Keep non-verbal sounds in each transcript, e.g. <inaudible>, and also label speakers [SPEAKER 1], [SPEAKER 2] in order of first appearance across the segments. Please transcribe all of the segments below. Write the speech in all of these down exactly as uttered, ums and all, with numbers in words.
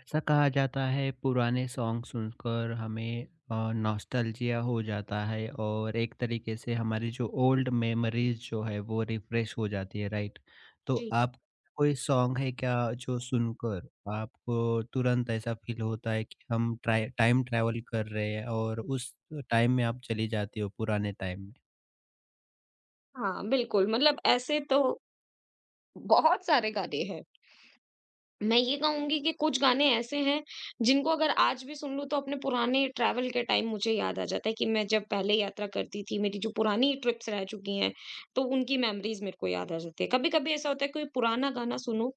[SPEAKER 1] ऐसा कहा जाता है पुराने सॉन्ग सुनकर हमें नॉस्टैल्जिया हो जाता है, और एक तरीके से हमारी जो ओल्ड मेमोरीज जो है वो रिफ्रेश हो जाती है, राइट? तो
[SPEAKER 2] जी,
[SPEAKER 1] आप, कोई सॉन्ग है क्या जो सुनकर आपको तुरंत ऐसा फील होता है कि हम ट्राइ टाइम ट्रैवल कर रहे हैं, और उस टाइम में आप चली जाती हो पुराने टाइम में?
[SPEAKER 2] हाँ, बिल्कुल मतलब ऐसे तो बहुत सारे गाने हैं। मैं ये कहूँगी कि कुछ गाने ऐसे हैं, जिनको अगर आज भी सुन लूँ, तो अपने पुराने ट्रैवल के टाइम मुझे याद आ जाता है कि मैं जब पहले यात्रा करती थी, मेरी जो पुरानी ट्रिप्स रह चुकी हैं, तो उनकी मेमोरीज़ मेरे को याद आ जाती है। कभी-कभी ऐसा होता है कोई पुराना गाना सुनो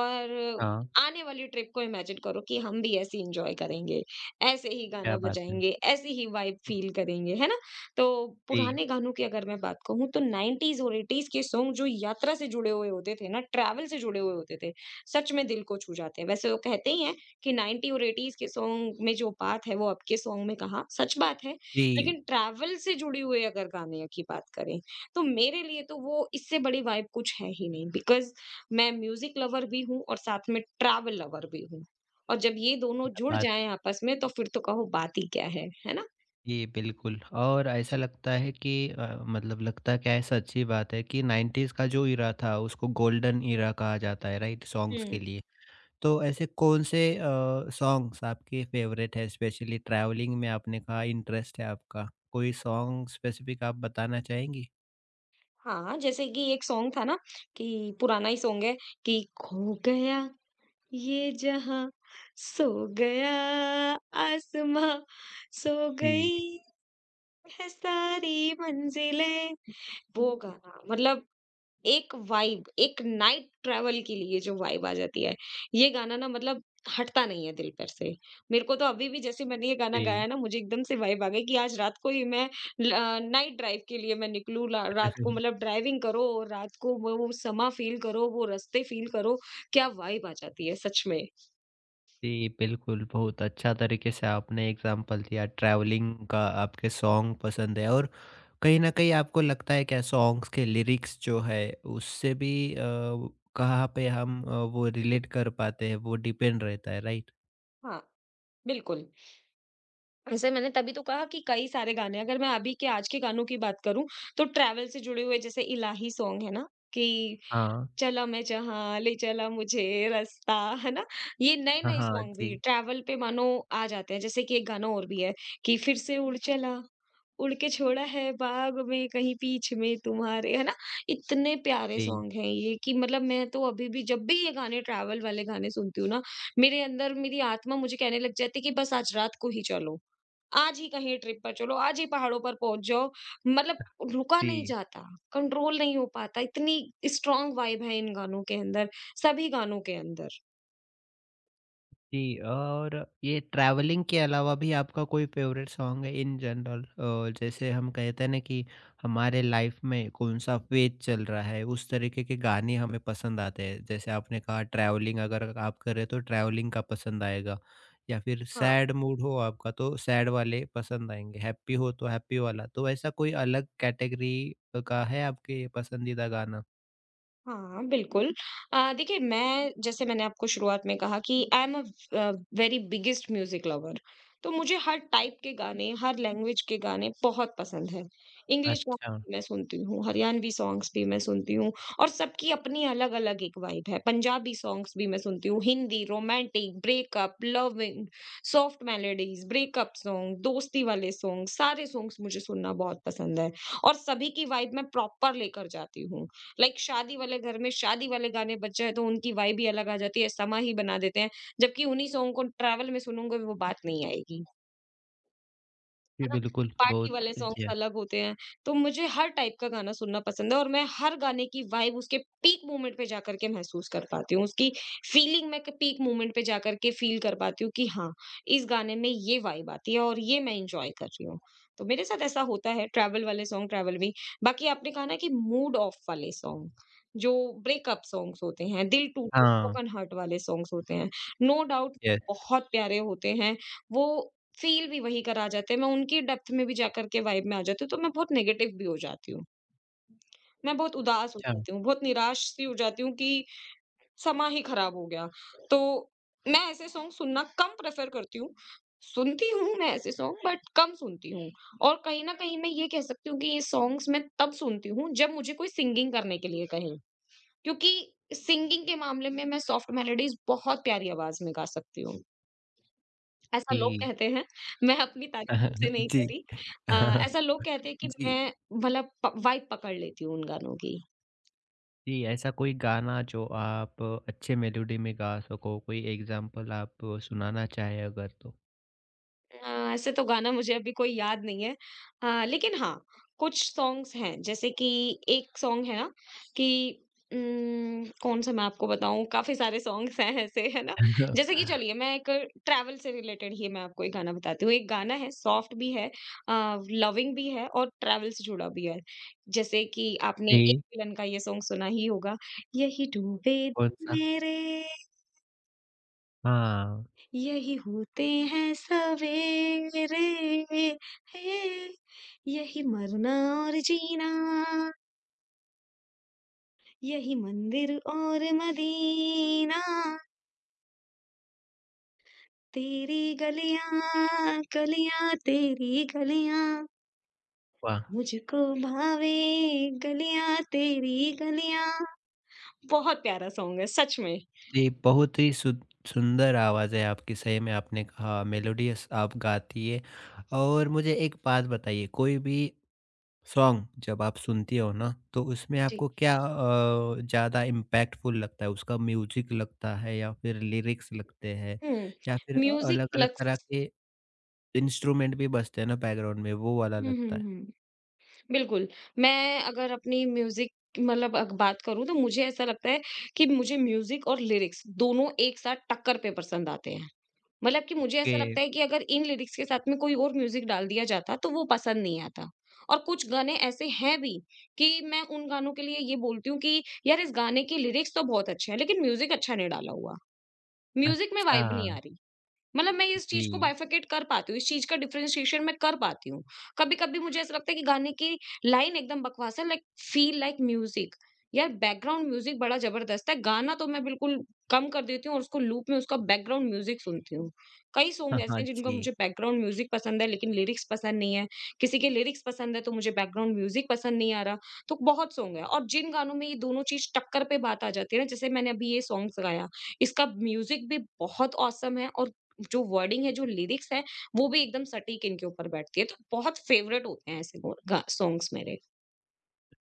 [SPEAKER 2] और
[SPEAKER 1] हाँ,
[SPEAKER 2] आने वाली ट्रिप को इमेजिन करो कि हम भी ऐसे एन्जॉय करेंगे, ऐसे ही गाना
[SPEAKER 1] क्या बात है।
[SPEAKER 2] बजाएँगे, ऐसी ही वाइब फ़ील करेंगे, है ना? तो
[SPEAKER 1] जी,
[SPEAKER 2] पुराने गानों की अगर मैं बात कहूँ, तो नाइंटीज़ और एटीज़ के सॉन्ग जो यात्रा से जुड़े हुए होते थे ना, ट्रैवल से जुड़े हुए होते थे, सच में दिल को छू जाते हैं। वैसे वो कहते ही हैं कि नाइंटी और एटीज़ के सॉन्ग में जो बात है वो अब के सॉन्ग में कहाँ, सच बात है।
[SPEAKER 1] जी,
[SPEAKER 2] लेकिन ट्रैवल से जुड़े हुए अगर गाने की बात करें, तो मेरे लिए तो वो इससे बड़ी वाइब कुछ है ही नहीं बिकॉज़ मैं म्यूज़िक लवर भी हूँ और साथ में ट्रैवल लवर भी हूँ। और जब ये दोनों
[SPEAKER 1] क्या
[SPEAKER 2] जुड़
[SPEAKER 1] बात।
[SPEAKER 2] जाएँ आपस में तो फिर तो कहो बात ही क्या है, है ना?
[SPEAKER 1] जी, बिल्कुल। और ऐसा लगता है कि अ, मतलब, लगता क्या है, सच्ची बात है कि नाइंटीज़ का जो ईरा था उसको गोल्डन ईरा कहा जाता है, राइट, सॉन्ग्स के
[SPEAKER 2] हुँ।
[SPEAKER 1] लिए। तो ऐसे कौन से अ, सॉन्ग्स आपके फेवरेट है, स्पेशली ट्रैवलिंग में आपने कहा इंटरेस्ट है आपका। कोई सॉन्ग स्पेसिफिक आप बताना चाहेंगी?
[SPEAKER 2] हाँ, जैसे कि एक सॉन्ग था ना कि पुराना ही सॉन्ग है कि खो गया ये जहां सो गया आसमां सो
[SPEAKER 1] जी।
[SPEAKER 2] गई है सारी मंजिलें। वो गाना मतलब एक वाइब एक नाइट ट्रैवल के लिए जो वाइब आ जाती है, ये गाना ना मतलब हटता नहीं है दिल पर से। मेरे को तो अभी भी जैसे मैंने ये गाना
[SPEAKER 1] जी।
[SPEAKER 2] गाया ना मुझे एकदम से वाइब आ गई कि आज रात को ही मैं नाइट ड्राइव के लिए मैं निकलूँ ला- रात को मतलब
[SPEAKER 1] <laughs>
[SPEAKER 2] ड्राइविंग करो और रात को वो वो समा फील करो वो रास्ते फील करो, क्या वाइब आ जाती है सच में।
[SPEAKER 1] जी, बिल्कुल, बहुत अच्छा तरीके से आपने एग्ज़ाम्पल दिया ट्रैवलिंग का, आपके सॉन्ग पसंद है। और कहीं न कहीं आपको लगता है क्या, सॉन्ग्स के लिरिक्स जो है, उससे भी अ, कहाँ पे हम अ, वो रिलेट कर पाते हैं, वो डिपेंड रहता है, राइट?
[SPEAKER 2] हाँ, बिल्कुल, ऐसे मैंने तभी तो कहा कि कई सारे गाने अगर मैं अभी के आज के गानों की बात करूँ, तो ट्रैवल से जुड़े हुए जैसे इलाही सॉन्ग है ना, कि
[SPEAKER 1] हाँ।
[SPEAKER 2] चला मैं जहाँ ले चला मुझे रास्ता, है ना? ये नए
[SPEAKER 1] हाँ,
[SPEAKER 2] नए
[SPEAKER 1] हाँ।
[SPEAKER 2] सॉन्ग भी
[SPEAKER 1] जी।
[SPEAKER 2] ट्रैवल पे मानो आ जाते हैं, जैसे कि एक गाना और भी है कि फिर से उड़ चला, उड़ के छोड़ा है बाग में कहीं बीच में तुम्हारे, है ना? इतने प्यारे
[SPEAKER 1] जी,
[SPEAKER 2] सॉन्ग हैं ये कि मतलब मैं तो अभी भी जब भी ये गाने ट्रैवल वाले गाने सुनती हूँ ना, मेरे अंदर मेरी आत्मा मुझे कहने लग जाती है कि बस आज रात को ही चलो, आज ही कहीं ट्रिप पर चलो, आज ही पहाड़ों पर पहुँच जाओ। मतलब रुका नहीं
[SPEAKER 1] जी।
[SPEAKER 2] जाता, कंट्रोल नहीं हो पाता, इतनी स्ट्रॉन्ग वाइब है इन गानों के अंदर, सभी गानों के अंदर।
[SPEAKER 1] जी, और ये ट्रैवलिंग के अलावा भी आपका कोई फ़ेवरेट सॉन्ग है इन जनरल? अ, जैसे हम कहते हैं ना कि हमारे लाइफ में कौन-सा फ़ेज़ चल रहा है, उस तरीके के गाने हमें पसंद आते हैं। जैसे आपने कहा ट्रैवलिंग अगर आप कर रहे हो तो ट्रैवलिंग का पसंद आएगा, या फिर
[SPEAKER 2] हाँ।
[SPEAKER 1] सैड मूड हो आपका तो सैड वाले पसंद आएँगे, हैप्पी हो तो हैप्पी वाला। तो ऐसा कोई अलग कैटेगरी का है आपके पसंदीदा गाना?
[SPEAKER 2] हाँ, बिल्कुल। अ, देखिए मैं जैसे मैंने आपको शुरुआत में कहा कि I am a uh, very biggest music lover. तो मुझे हर टाइप के गाने, हर लैंग्वेज के गाने बहुत पसंद हैं। इंग्लिश सॉन्ग्स
[SPEAKER 1] अच्छा।
[SPEAKER 2] भी मैं सुनती हूँ, हरियाणवी सॉन्ग्स भी मैं सुनती हूँ और सबकी अपनी अलग-अलग एक वाइब है। पंजाबी सॉन्ग्स भी मैं सुनती हूँ, Hindi, romantic, breakup, loving, soft melodies, breakup song, दोस्ती वाले सॉन्ग, सारे सॉन्ग्स मुझे सुनना बहुत पसंद है और सभी की वाइब मैं प्रॉपर लेकर जाती हूँ। लाइक शादी वाले घर में शादी वाले गाने बज जाए तो उनकी वाइब ही अलग आ जाती है, समा ही बना देते हैं। जबकि उन्हीं सॉन्ग को ट्रैवल में सुनूंगा वो बात नहीं आएगी।
[SPEAKER 1] जी,
[SPEAKER 2] है ना?
[SPEAKER 1] बिल्कुल,
[SPEAKER 2] पार्टी
[SPEAKER 1] बहुत
[SPEAKER 2] वाले सॉन्ग्स
[SPEAKER 1] जी।
[SPEAKER 2] अलग होते हैं। तो मुझे हर टाइप का गाना सुनना पसंद है और मैं हर गाने की वाइब उसके पीक मोमेंट पे जाकर के महसूस कर पाती हूँ। उसकी फीलिंग मैं क पीक मोमेंट पे जाकर के फ़ील कर पाती हूँ कि हाँ, इस गाने में ये वाइब आती है और ये मैं एन्जॉय कर रही हूँ। तो मेरे साथ ऐसा होता है ट्रैवल वाले सॉन्ग ट्रैवल भी। बाकी आपने कहा ना कि मूड ऑफ वाले सॉन्ग, जो ब्रेकअप सॉन्ग्स होते हैं, दिल टूटे,
[SPEAKER 1] हाँ।
[SPEAKER 2] ब्रोकन हार्ट वाले सॉन्ग्स होते हैं, नो डाउट
[SPEAKER 1] यस।
[SPEAKER 2] बहुत प्यारे होते हैं। वो फ़ील भी वही करा जाते हैं, मैं उनकी डेप्थ में भी जाकर के वाइब में आ जाती हूँ, तो मैं बहुत नेगेटिव भी हो जाती हूँ। मैं बहुत उदास हो
[SPEAKER 1] अच्छा।
[SPEAKER 2] जाती हूँ, बहुत निराश-सी हो जाती हूँ कि समा ही खराब हो गया। तो मैं ऐसे सॉन्ग सुनना कम प्रेफ़र करती हूँ। सुनती हूँ मैं ऐसे सॉन्ग बट कम सुनती हूँ और कहीं न कहीं मैं ये कह सकती हूँ कि ये सॉन्ग्स मैं तब सुनती हूँ जब मुझे कोई सिंगिंग करने के लिए कहे, क्योंकि सिंगिंग के मामले में मैं सॉफ्ट मेलोडीज़ बहुत प्यारी आवाज़ में गा सकती हूँ। ऐसा लोग
[SPEAKER 1] जी।
[SPEAKER 2] कहते हैं, मैं अपनी तारीफ़ खुद से
[SPEAKER 1] <laughs>
[SPEAKER 2] नहीं
[SPEAKER 1] जी।
[SPEAKER 2] करी। अ,
[SPEAKER 1] <laughs>
[SPEAKER 2] ऐसा लोग कहते हैं कि
[SPEAKER 1] जी।
[SPEAKER 2] मैं मतलब प वाइब पकड़ लेती हूँ उन गानों की।
[SPEAKER 1] जी, ऐसा कोई गाना जो आप अच्छे मेलोडी में गा सको, कोई एग्ज़ाम्पल आप सुनाना चाहें अगर तो?
[SPEAKER 2] अ, ऐसे तो गाना मुझे अभी कोई याद नहीं है। अ, लेकिन हाँ, कुछ सॉन्ग्स हैं जैसे कि एक सॉन्ग है ना कि उम्म, कौन सा मैं आपको बताऊँ? काफ़ी सारे सॉन्ग्स हैं ऐसे, है ना? जैसे कि
[SPEAKER 1] <laughs>
[SPEAKER 2] चलिए मैं एक ट्रैवल से रिलेटेड ही मैं आपको एक गाना बताती हूँ। एक गाना है, सॉफ्ट भी है अ, लविंग भी है और ट्रैवल से जुड़ा भी है। जैसे कि आपने एक
[SPEAKER 1] जी।
[SPEAKER 2] विलन का ये सॉन्ग सुना ही होगा, यही डूबे
[SPEAKER 1] कौन-सा?
[SPEAKER 2] मेरे,
[SPEAKER 1] हाँ।
[SPEAKER 2] यही होते हैं सवेरे, है यही मरना और जीना, यही मंदिर और मदीना, तेरी गलियां गलियां तेरी गलियां
[SPEAKER 1] वाह!
[SPEAKER 2] मुझको भावे गलियां तेरी गलियां। बहुत प्यारा सॉन्ग है सच में।
[SPEAKER 1] जी, बहुत ही सु सुंदर आवाज़ है आपकी, सही में आपने कहा मेलोडियस आप गाती है। और मुझे एक बात बताइए, कोई भी सॉन्ग जब आप सुनती हो ना, तो उसमें
[SPEAKER 2] जी,
[SPEAKER 1] आपको क्या अ, ज़्यादा इम्पैक्टफुल लगता है? उसका म्यूज़िक लगता है या फिर लिरिक्स लगते हैं, या फिर
[SPEAKER 2] हम्म,
[SPEAKER 1] अ,
[SPEAKER 2] म्यूजिक
[SPEAKER 1] अलग-अलग तरह
[SPEAKER 2] प्लस
[SPEAKER 1] के इंस्ट्रूमेंट भी बजते हैं ना बैकग्राउंड में, वो वाला
[SPEAKER 2] हम्म
[SPEAKER 1] लगता
[SPEAKER 2] हम्म
[SPEAKER 1] है?
[SPEAKER 2] हम्म बिल्कुल। मैं अगर अपनी म्यूज़िक मतलब अग बात करूँ तो मुझे ऐसा लगता है कि मुझे म्यूज़िक और लिरिक्स दोनों एक साथ टक्कर पे पसंद आते हैं। मतलब कि मुझे
[SPEAKER 1] ओके।
[SPEAKER 2] ऐसा लगता है कि अगर इन लिरिक्स के साथ में कोई और म्यूज़िक डाल दिया जाता तो वो पसंद नहीं आता। और कुछ गाने ऐसे हैं भी कि मैं उन गानों के लिए ये बोलती हूँ कि यार इस गाने के लिरिक्स तो बहुत अच्छे हैं लेकिन म्यूज़िक अच्छा नहीं डाला हुआ। म्यूज़िक में वाइब
[SPEAKER 1] अच्छा।
[SPEAKER 2] नहीं आ रही। मतलब मैं इस
[SPEAKER 1] जी।
[SPEAKER 2] चीज़ को
[SPEAKER 1] <laughs>
[SPEAKER 2] बाइफरकेट कर पाती हूँ, इस चीज़ का डिफरेंशिएशन मैं कर पाती हूँ। कभी-कभी मुझे ऐसा लगता है कि गाने की लाइन एकदम बकवास है लाइक फील लाइक म्यूज़िक, यार बैकग्राउंड म्यूज़िक बड़ा ज़बरदस्त है। गाना तो मैं बिल्कुल कम कर देती हूँ और उसको लूप में उसका बैकग्राउंड म्यूज़िक सुनती हूँ। कई सॉन्ग
[SPEAKER 1] हाँ,
[SPEAKER 2] ऐसे
[SPEAKER 1] हाँ,
[SPEAKER 2] हैं जिनका
[SPEAKER 1] जी।
[SPEAKER 2] मुझे बैकग्राउंड म्यूज़िक पसंद है लेकिन लिरिक्स पसंद नहीं है। किसी के लिरिक्स पसंद है तो मुझे बैकग्राउंड म्यूज़िक पसंद नहीं आ रहा। तो बहुत सॉन्ग है और जिन गानों में ये दोनों चीज़ टक्कर पे बात आ जाती है ना जैसे मैंने अभी ये सॉन्ग्स गाया, इसका म्यूज़िक भी बहुत ऑसम है और जो वर्डिंग है, जो लिरिक्स है, वो भी एकदम सटीक इनके ऊपर बैठती है। तो बहुत फेवरेट होते हैं ऐसे वो गा सॉन्ग्स मेरे।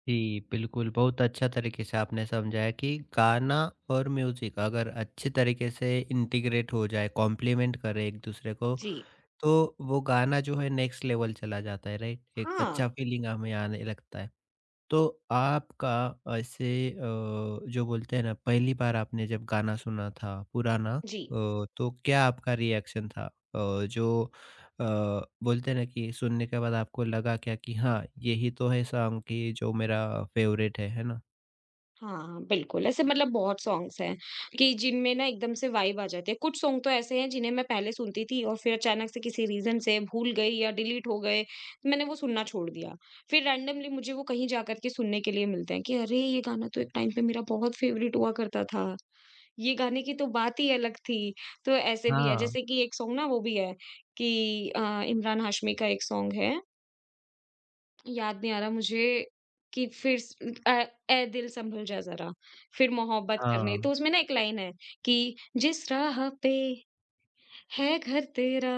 [SPEAKER 1] जी, बिल्कुल, बहुत अच्छा तरीके से आपने समझाया कि गाना और म्यूज़िक अगर अच्छे तरीके से इंटीग्रेट हो जाए, कॉम्प्लीमेंट करे एक-दूसरे को,
[SPEAKER 2] जी।
[SPEAKER 1] तो वो गाना जो है नेक्स्ट लेवल चला जाता है, राइट? एक
[SPEAKER 2] हाँ,
[SPEAKER 1] अच्छा फीलिंग हमें आने लगता है। तो आपका ऐसे, अ, जो बोलते हैं ना, पहली बार आपने जब गाना सुना था पुराना, अ,
[SPEAKER 2] जी।
[SPEAKER 1] तो क्या आपका रिएक्शन था? अ, जो अ, बोलते हैं ना, कि सुनने के बाद आपको लगा क्या कि हाँ, यही तो है सॉन्ग, कि जो मेरा फेवरेट है, है ना?
[SPEAKER 2] हाँ, हाँ, बिल्कुल, ऐसे मतलब बहुत सॉन्ग्स हैं कि जिनमें ना एकदम से वाइब आ जाती है। कुछ सॉन्ग तो ऐसे हैं जिन्हें मैं पहले सुनती थी और फिर अचानक से किसी रीज़न से भूल गई या डिलीट हो गए, तो मैंने वो सुनना छोड़ दिया। फिर रैंडमली मुझे वो कहीं जा कर के सुनने के लिए मिलते हैं कि अरे! ये गाना तो एक टाइम पे मेरा बहुत फेवरेट हुआ करता था। ये गाने की तो बात ही अलग थी। तो ऐसे भी है
[SPEAKER 1] हाँ,
[SPEAKER 2] जैसे कि एक सॉन्ग ना वो भी है कि अ, इमरान हाशमी का एक सॉन्ग है, याद नहीं आ रहा मुझे कि फिर स अ, ए दिल संभल जा ज़रा, फिर मोहब्बत करने, तो
[SPEAKER 1] हाँ।
[SPEAKER 2] उसमें ना एक लाइन है कि जिस राह पे है घर तेरा,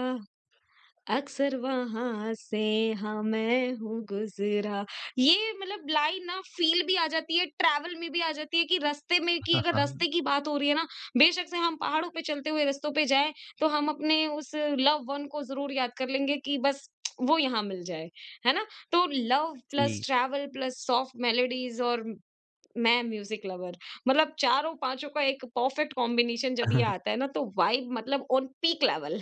[SPEAKER 2] अक्सर वहाँ से हाँ मैं हूँ गुज़रा। ये मतलब लाइन ना फ़ील भी आ जाती है, ट्रैवल में भी आ जाती है कि रास्ते में, कि
[SPEAKER 1] <laughs>
[SPEAKER 2] अगर
[SPEAKER 1] हाँ,
[SPEAKER 2] रास्ते की बात हो रही है ना, बेशक से हम पहाड़ों पे चलते हुए रास्तों पे जाएँ, तो हम अपने उस लव्ड वन को ज़रूर याद कर लेंगे कि बस वो यहाँ मिल जाए। है ना? तो लव
[SPEAKER 1] जी।
[SPEAKER 2] Plus travel plus soft melodies और मैं म्यूज़िक लवर मतलब चारों पाँचों का एक परफ़ेक्ट कॉम्बिनेशन जब ये
[SPEAKER 1] <laughs>
[SPEAKER 2] आता है ना, तो वाइब मतलब ऑन पीक लेवल।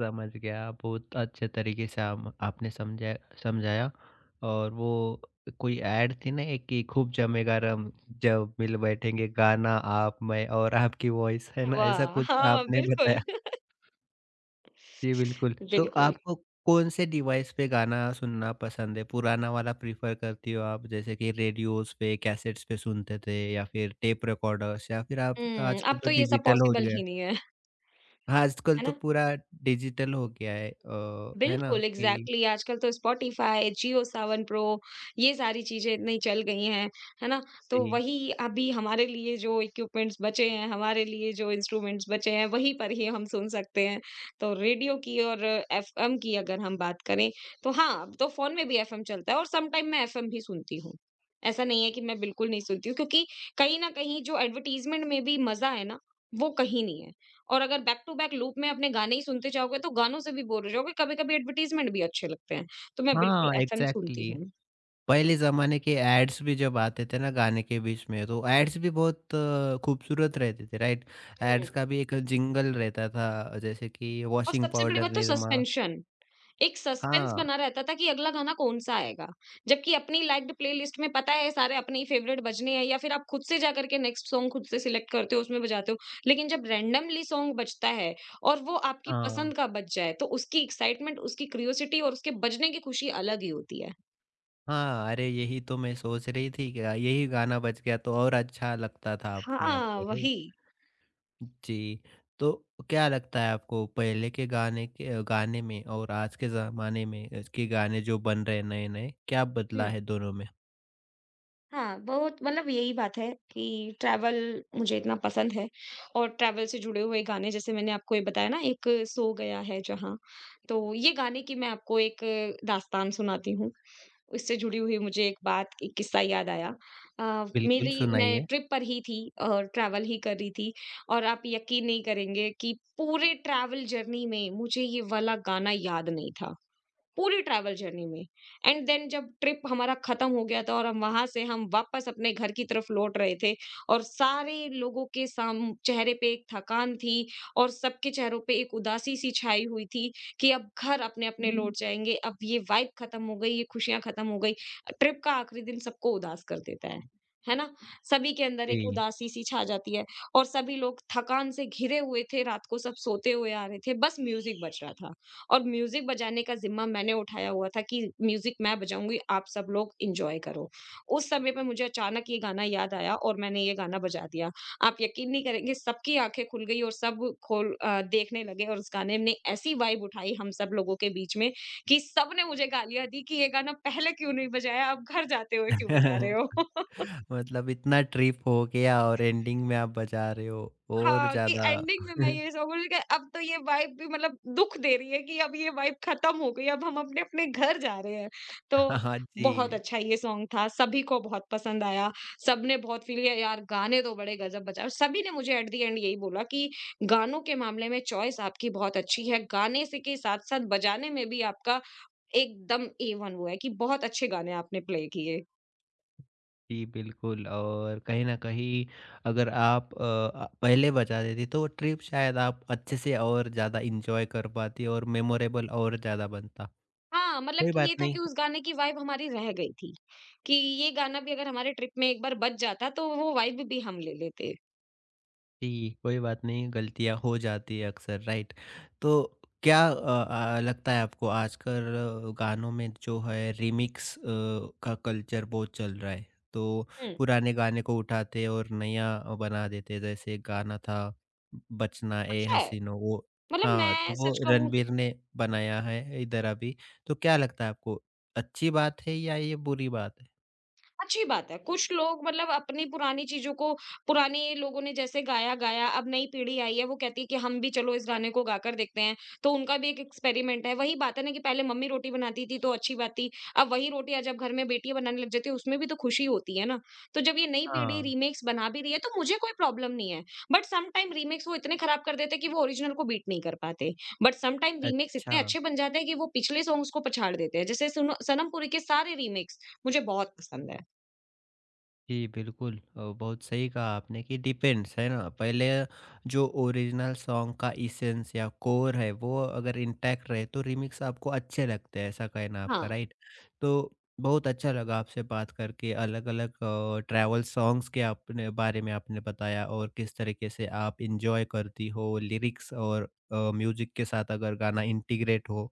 [SPEAKER 1] समझ गया। बहुत अच्छे तरीके से आम आपने समझा समझाया। और वो कोई ऐड थी ना एक, कि खूब जमेगा रम, जब मिल बैठेंगे गाना आप मैं, और आपकी वॉइस, है ना? ऐसा
[SPEAKER 2] वाह!
[SPEAKER 1] कुछ
[SPEAKER 2] हाँ,
[SPEAKER 1] आपने
[SPEAKER 2] बिल्कुल।
[SPEAKER 1] बताया। जी, बिल्कुल। तो
[SPEAKER 2] बिल्कुल।
[SPEAKER 1] आपको कौन से डिवाइस पे गाना सुनना पसंद है? पुराना वाला प्रेफ़र करती हो आप, जैसे कि रेडियोज़ पे, कैसेट्स पे सुनते थे, या फिर टेप रिकॉर्डर्स, या फिर आप
[SPEAKER 2] हुँ,
[SPEAKER 1] आजकल
[SPEAKER 2] अब
[SPEAKER 1] तो
[SPEAKER 2] तो ये सब
[SPEAKER 1] डिजिटल हो
[SPEAKER 2] पॉसिबल
[SPEAKER 1] गया
[SPEAKER 2] ही
[SPEAKER 1] है।
[SPEAKER 2] नहीं है,
[SPEAKER 1] हाँ, आजकल
[SPEAKER 2] है
[SPEAKER 1] तो
[SPEAKER 2] ना?
[SPEAKER 1] पूरा डिजिटल हो गया है, अ, है ना?
[SPEAKER 2] बिल्कुल,
[SPEAKER 1] कि
[SPEAKER 2] एग्ज़ैक्टली आजकल तो स्पॉटिफ़ाई, जियो सावन प्रो ये सारी चीज़ें इतनी चल गई हैं, है ना? तो
[SPEAKER 1] जी।
[SPEAKER 2] वही अभी हमारे लिए जो इक्विपमेंट्स बचे हैं, हमारे लिए जो इंस्ट्रूमेंट्स बचे हैं, वहीं पर ही हम सुन सकते हैं। तो रेडियो की और एफ़ एम की अगर हम बात करें, तो हाँ, अब तो फ़ोन में भी एफ़ एम चलता है और समटाइम मैं एफ़ एम भी सुनती हूँ। ऐसा नहीं है कि मैं बिल्कुल नहीं सुनती हूँ, क्योंकि कहीं न कहीं जो एडवर्टाइज़मेंट में भी मज़ा है ना, वो कहीं नहीं है। और अगर बैक टू बैक लूप में अपने गाने ही सुनते जाओगे, तो गानों से भी बोर हो जाओगे, कभी-कभी एडवर्टाइज़मेंट भी अच्छे लगते हैं। तो मैं बिल्कुल
[SPEAKER 1] हाँ,
[SPEAKER 2] एफ़ एम सुनती
[SPEAKER 1] एग्ज़ैक्टली,
[SPEAKER 2] हूँ।
[SPEAKER 1] पहले ज़माने के एड्स भी जब आते थे ना गाने के बीच में, तो एड्स भी बहुत अ, खूबसूरत रहते थे, राइट?
[SPEAKER 2] हुँ।
[SPEAKER 1] एड्स का भी एक जिंगल रहता था, जैसे कि
[SPEAKER 2] और
[SPEAKER 1] वॉशिंग
[SPEAKER 2] सबसे बड़ी
[SPEAKER 1] पाउडर,
[SPEAKER 2] बात तो
[SPEAKER 1] निरमा।
[SPEAKER 2] सस्पेंशन, एक सस्पेंस
[SPEAKER 1] हाँ,
[SPEAKER 2] बना रहता था कि अगला गाना कौन-सा आएगा। जबकि अपनी लाइक्ड प्लेलिस्ट में पता है सारे अपने ही फ़ेवरेट बजने हैं, या फिर आप खुद से जाकर के नेक्स्ट सॉन्ग खुद से सिलेक्ट करते हो, उसमें बजाते हो। लेकिन जब रैंडमली सॉन्ग बजता है और वो आपकी
[SPEAKER 1] हाँ।
[SPEAKER 2] पसंद का बज जाए, तो उसकी एक्साइटमेंट, उसकी क्यूरियोसिटी और उसके बजने की खुशी अलग ही होती है।
[SPEAKER 1] हाँ, अरे यही तो मैं सोच रही थी, क्या यही गाना बज गया तो और अच्छा लगता था अपने आप
[SPEAKER 2] हाँ,
[SPEAKER 1] को, राइट?
[SPEAKER 2] वही।
[SPEAKER 1] जी, तो क्या लगता है आपको, पहले के गाने के गाने में और आज के ज़माने में इसके गाने जो बन रहे हैं नए-नए, क्या बदला है दोनों में?
[SPEAKER 2] हाँ, बहुत मतलब यही बात है कि ट्रैवल मुझे इतना पसंद है, और ट्रैवल से जुड़े हुए गाने जैसे मैंने आपको ये बताया ना, एक सो गया है जहाँ, तो ये गाने की मैं आपको एक दास्तान सुनाती हूँ। उससे जुड़ी हुई मुझे एक बात एक किस्सा याद आया। अ,
[SPEAKER 1] बिल्कुल,
[SPEAKER 2] मेरी मैं
[SPEAKER 1] सुनाइए।
[SPEAKER 2] ट्रिप पर ही थी और ट्रैवल ही कर रही थी, और आप यकीन नहीं करेंगे कि पूरे ट्रैवल जर्नी में मुझे ये वाला गाना याद नहीं था। पूरी ट्रैवल जर्नी में। एंड देन जब ट्रिप हमारा ख़त्म हो गया था और हम वहाँ से हम वापस अपने घर की तरफ लौट रहे थे, और सारे लोगों के साम चेहरे पे एक थकान थी, और सबके चेहरों पे एक उदासी-सी छाई हुई थी कि अब घर अपने-अपने हुँ। लौट जाएँगे, अब ये वाइब ख़त्म हो गई, ये खुशियाँ ख़त्म हो गई। ट्रिप का आखिरी दिन सबको उदास कर देता है। है ना? सभी के अंदर एक
[SPEAKER 1] जी।
[SPEAKER 2] उदासी-सी छा जाती है, और सभी लोग थकान से घिरे हुए थे, रात को सब सोते हुए आ रहे थे, बस म्यूज़िक बज रहा था। और म्यूज़िक बजाने का ज़िम्मा मैंने उठाया हुआ था कि म्यूज़िक मैं बजाऊँगी, आप सब लोग एन्जॉय करो। उस समय पे मुझे अचानक ये गाना याद आया और मैंने ये गाना बजा दिया। आप यकीन नहीं करेंगे, सबकी आँखें खुल गई और सब खोल अ, देखने लगे, और उस गाने ने ऐसी वाइब उठाई हम सब लोगों के बीच में कि सबने मुझे गालियाँ दी कि ये गाना पहले क्यों नहीं बजाया, आप घर जाते हुए क्यों बजा रहे हो? <laughs>
[SPEAKER 1] <laughs> मतलब इतना ट्रिप हो गया और एंडिंग में आप बजा रहे हो, और
[SPEAKER 2] हाँ, कि
[SPEAKER 1] ज़्यादा
[SPEAKER 2] एंडिंग में मैं
[SPEAKER 1] <laughs>
[SPEAKER 2] ये सोचूँगी कि अब तो ये वाइब भी मतलब दुःख दे रही है, कि अब ये वाइब खत्म हो गई, अब हम अपने-अपने घर जा रहे हैं।
[SPEAKER 1] हाँ,
[SPEAKER 2] तो
[SPEAKER 1] हाँ,
[SPEAKER 2] बहुत
[SPEAKER 1] जी।
[SPEAKER 2] अच्छा ये सॉन्ग था, सभी को बहुत पसंद आया, सबने बहुत फील किया, यार गाने तो बड़े गज़ब बजाए, और सभी ने मुझे एट द एंड यही बोला कि गानों के मामले में चॉइस आपकी बहुत अच्छी है, गाने से के साथ-साथ बजाने में भी आपका एकदम ए वन वो है, कि बहुत अच्छे गाने आपने प्ले किए।
[SPEAKER 1] जी, बिल्कुल, और कहीं न कहीं, अगर आप अ अ, पहले बजा देती तो ट्रिप शायद आप अच्छे से और ज़्यादा एन्जॉय कर पाती, और मेमोरेबल और ज़्यादा बनता।
[SPEAKER 2] हाँ, मतलब
[SPEAKER 1] कोई
[SPEAKER 2] कि
[SPEAKER 1] बात
[SPEAKER 2] ये था
[SPEAKER 1] नहीं।
[SPEAKER 2] कि उस गाने की वाइब हमारी रह गई थी, कि ये गाना भी अगर हमारे ट्रिप में एक बार बज जाता, तो वो वाइब भी हम ले लेते।
[SPEAKER 1] जी, कोई बात नहीं, गलतियाँ हो जाती है अक्सर, राइट? तो क्या अ अ, लगता है आपको, आजकल गानों में जो है रीमिक्स अ, का कल्चर बहुत चल रहा है। तो
[SPEAKER 2] हुँ।
[SPEAKER 1] पुराने गाने को उठाते और नया अ, बना देते, जैसे एक गाना था बचना ए
[SPEAKER 2] अच्छा है,
[SPEAKER 1] हसीनो वो।
[SPEAKER 2] मतलब
[SPEAKER 1] हाँ,
[SPEAKER 2] मैं
[SPEAKER 1] तो वो
[SPEAKER 2] सच कहूँ,
[SPEAKER 1] रणबीर ने बनाया है इधर अभी। तो क्या लगता है आपको, अच्छी बात है या ये बुरी बात है?
[SPEAKER 2] अच्छी बात है। कुछ लोग मतलब अपनी पुरानी चीज़ों को, पुराने लोगों ने जैसे गाया-गाया, अब नई पीढ़ी आई है, वो कहती है कि हम भी चलो इस गाने को गाकर देखते हैं। तो उनका भी एक एक्सपेरिमेंट है। वही बात है ना, कि पहले मम्मी रोटी बनाती थी तो अच्छी बात थी। अब वही रोटियाँ जब घर में बेटियाँ बनाने लग जाती है, उसमें भी तो खुशी होती है ना। तो जब ये नई पीढ़ी
[SPEAKER 1] हाँ।
[SPEAKER 2] रीमेक्स बना भी रही है, तो मुझे कोई प्रॉब्लम नहीं है। बट सम टाइम रीमेक्स वो इतने खराब कर देते हैं कि वो ओरिजिनल को बीट नहीं कर पाते। बट सम टाइम रीमेक्स
[SPEAKER 1] अच्छा।
[SPEAKER 2] इतने अच्छे बन जाते हैं कि वो पिछले सॉन्ग्स को पछाड़ देते हैं। जैसे सुनो सनम पुरी के सारे रीमेक्स मुझे बहुत पसंद है।
[SPEAKER 1] जी, बिल्कुल, अ, बहुत सही कहा आपने, कि डिपेंड्स है ना, पहले जो ओरिजिनल सॉन्ग का इसेंस या कोर है वो अगर इंटैक्ट रहे तो रिमिक्स आपको अच्छे लगते हैं, ऐसा कहना आपका,
[SPEAKER 2] हाँ,
[SPEAKER 1] राइट? तो बहुत अच्छा लगा आपसे बात करके, अलग अलग ट्रैवल सॉन्ग्स के आपने बारे में आपने बताया, और किस तरीके से आप इंजॉय करती हो, लिरिक्स और म्यूजिक के साथ अगर गाना इंटीग्रेट हो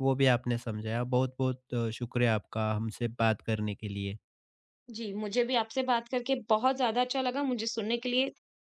[SPEAKER 1] वो भी आपने समझाया। बहुत बहुत अ, शुक्रिया आपका हमसे बात करने के लिए।
[SPEAKER 2] जी मुझे भी आपसे बात करके बहुत ज़्यादा अच्छा लगा। मुझे सुनने के लिए